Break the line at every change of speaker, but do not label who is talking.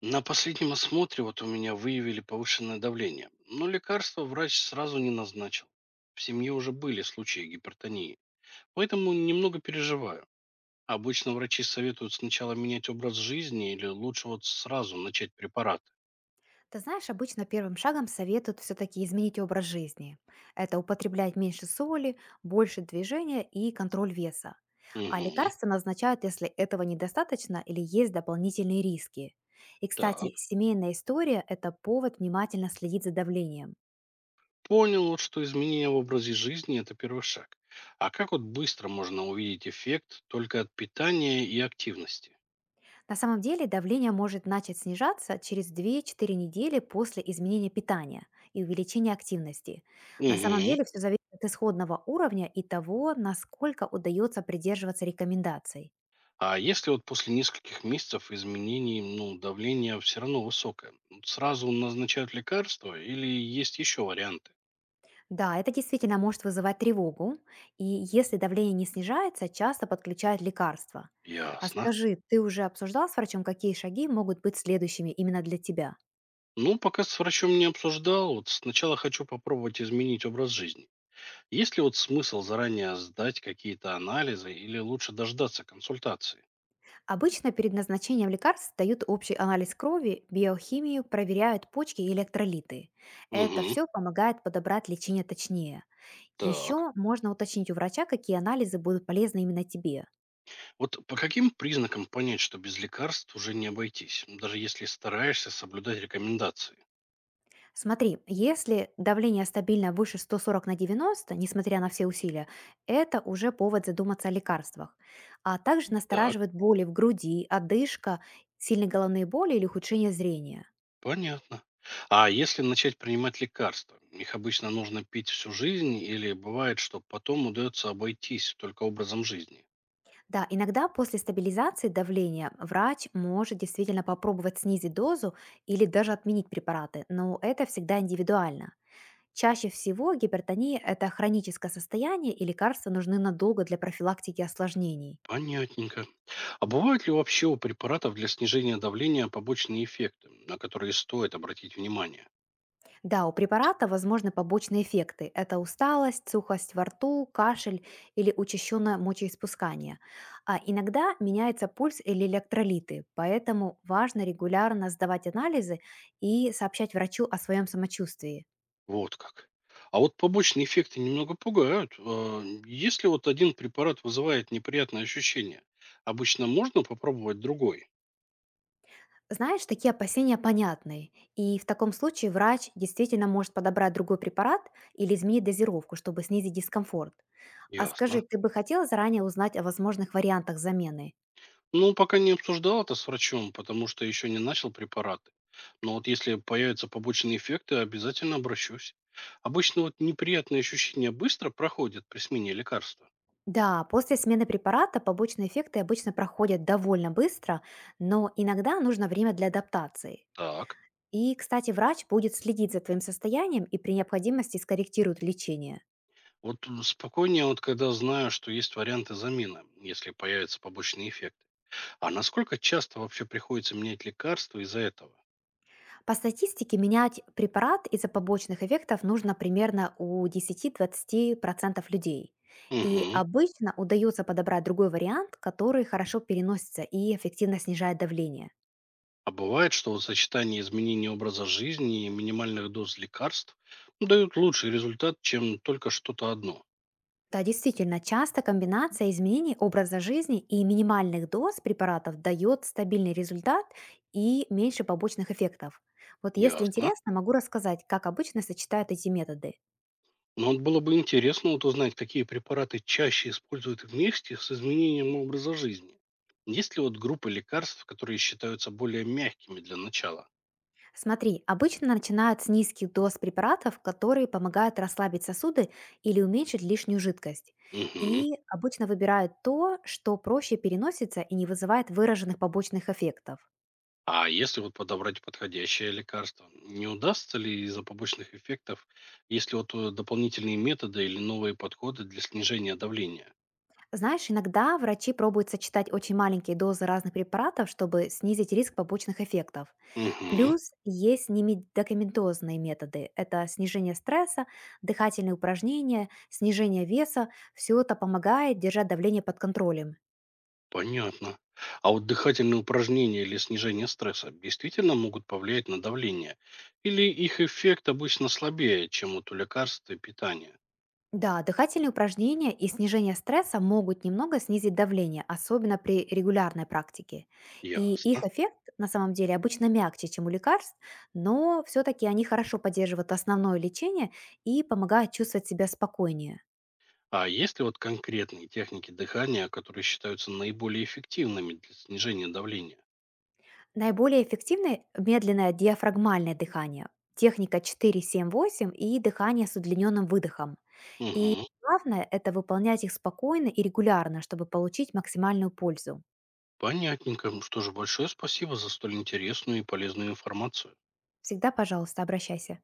На последнем осмотре вот у меня выявили повышенное давление, но лекарство врач сразу не назначил. В семье уже были случаи гипертонии, поэтому немного переживаю. Обычно врачи советуют сначала менять образ жизни или лучше вот сразу начать препараты.
Ты знаешь, обычно первым шагом советуют все-таки изменить образ жизни. Это употреблять меньше соли, больше движения и контроль веса. А
Угу,
лекарства назначают, если этого недостаточно или есть дополнительные риски. И,
так.
кстати, семейная история– это повод внимательно следить за давлением.
Понял вот, что изменение в образе жизни– это первый шаг. А как вот быстро можно увидеть эффект только от питания и активности?
На самом деле давление может начать снижаться через 2-4 недели после изменения питания и увеличения активности. На самом
Угу.
деле все зависит от исходного уровня и того, насколько удается придерживаться рекомендаций.
А если вот после нескольких месяцев изменений, ну, давление все равно высокое, сразу назначают лекарства или есть еще варианты?
Да, это действительно может вызывать тревогу, и если давление не снижается, часто подключают лекарства. А
Ясно.
скажи, ты уже обсуждал с врачом, какие шаги могут быть следующими именно для тебя?
Ну, пока с врачом не обсуждал, вот сначала хочу попробовать изменить образ жизни. Есть ли вот смысл заранее сдать какие-то анализы или лучше дождаться консультации?
Обычно перед назначением лекарств дают общий анализ крови, биохимию, проверяют почки и электролиты. Это
Угу.
все помогает подобрать лечение точнее.
Так.
Еще можно уточнить у врача, какие анализы будут полезны именно тебе.
Вот по каким признакам понять, что без лекарств уже не обойтись, даже если стараешься соблюдать рекомендации?
Смотри, если давление стабильно выше 140 на 90, несмотря на все усилия, это уже повод задуматься о лекарствах. А также
Так.
настораживает боли в груди, одышка, сильные головные боли или ухудшение зрения.
Понятно. А если начать принимать лекарства? Их обычно нужно пить всю жизнь или бывает, что потом удается обойтись только образом жизни?
Да, иногда после стабилизации давления врач может действительно попробовать снизить дозу или даже отменить препараты, но это всегда индивидуально. Чаще всего гипертония– это хроническое состояние, и лекарства нужны надолго для профилактики осложнений.
Понятненько. А бывают ли вообще у препаратов для снижения давления побочные эффекты, на которые стоит обратить внимание?
Да, у препарата возможны побочные эффекты. Это усталость, сухость во рту, кашель или учащенное мочеиспускание. А иногда меняется пульс или электролиты, поэтому важно регулярно сдавать анализы и сообщать врачу о своем самочувствии.
Вот как. А вот побочные эффекты немного пугают. Если вот один препарат вызывает неприятные ощущения, обычно можно попробовать другой?
Знаешь, такие опасения понятны, и в таком случае врач действительно может подобрать другой препарат или изменить дозировку, чтобы снизить дискомфорт. А скажи,
Ясно.
ты бы хотела заранее узнать о возможных вариантах замены?
Ну, пока не обсуждал это с врачом, потому что еще не начал препараты. Но вот если появятся побочные эффекты, обязательно обращусь. Обычно вот неприятные ощущения быстро проходят при смене лекарства.
Да, после смены препарата побочные эффекты обычно проходят довольно быстро, но иногда нужно время для адаптации.
Так.
И, кстати, врач будет следить за твоим состоянием и при необходимости скорректирует лечение.
Вот спокойнее, вот когда знаю, что есть варианты замены, если появятся побочные эффекты. А насколько часто вообще приходится менять лекарства из-за этого?
По статистике менять препарат из-за побочных эффектов нужно примерно у 10-20% людей. И
Угу.
обычно удается подобрать другой вариант, который хорошо переносится и эффективно снижает давление.
А бывает, что вот сочетание изменений образа жизни и минимальных доз лекарств дают лучший результат, чем только что-то одно.
Да, действительно, часто комбинация изменений образа жизни и минимальных доз препаратов дает стабильный результат и меньше побочных эффектов. Вот если
Ясно.
интересно, могу рассказать, как обычно сочетают эти методы.
Но вот было бы интересно вот узнать, какие препараты чаще используют вместе с изменением образа жизни. Есть ли вот группы лекарств, которые считаются более мягкими для начала?
Смотри, обычно начинают с низких доз препаратов, которые помогают расслабить сосуды или уменьшить лишнюю жидкость.
Мгм.
И обычно выбирают то, что проще переносится и не вызывает выраженных побочных эффектов.
А если вот подобрать подходящее лекарство, не удастся ли из-за побочных эффектов, если вот дополнительные методы или новые подходы для снижения давления?
Знаешь, иногда врачи пробуют сочетать очень маленькие дозы разных препаратов, чтобы снизить риск побочных эффектов.
Мгм.
Плюс есть немедикаментозные методы. Это снижение стресса, дыхательные упражнения, снижение веса. Все это помогает держать давление под контролем.
Понятно. А вот дыхательные упражнения или снижение стресса действительно могут повлиять на давление? Или их эффект обычно слабее, чем вот у лекарств и питания?
Да, дыхательные упражнения и снижение стресса могут немного снизить давление, особенно при регулярной практике. И их
Ясно.
эффект на самом деле обычно мягче, чем у лекарств, но все-таки они хорошо поддерживают основное лечение и помогают чувствовать себя спокойнее.
А есть ли вот конкретные техники дыхания, которые считаются наиболее эффективными для снижения давления?
Наиболее эффективны медленное диафрагмальное дыхание, техника 4-7-8 и дыхание с удлиненным выдохом. И
Угу.
главное– это выполнять их спокойно и регулярно, чтобы получить максимальную пользу.
Понятненько. Ну что же, большое спасибо за столь интересную и полезную информацию.
Всегда, пожалуйста, обращайся.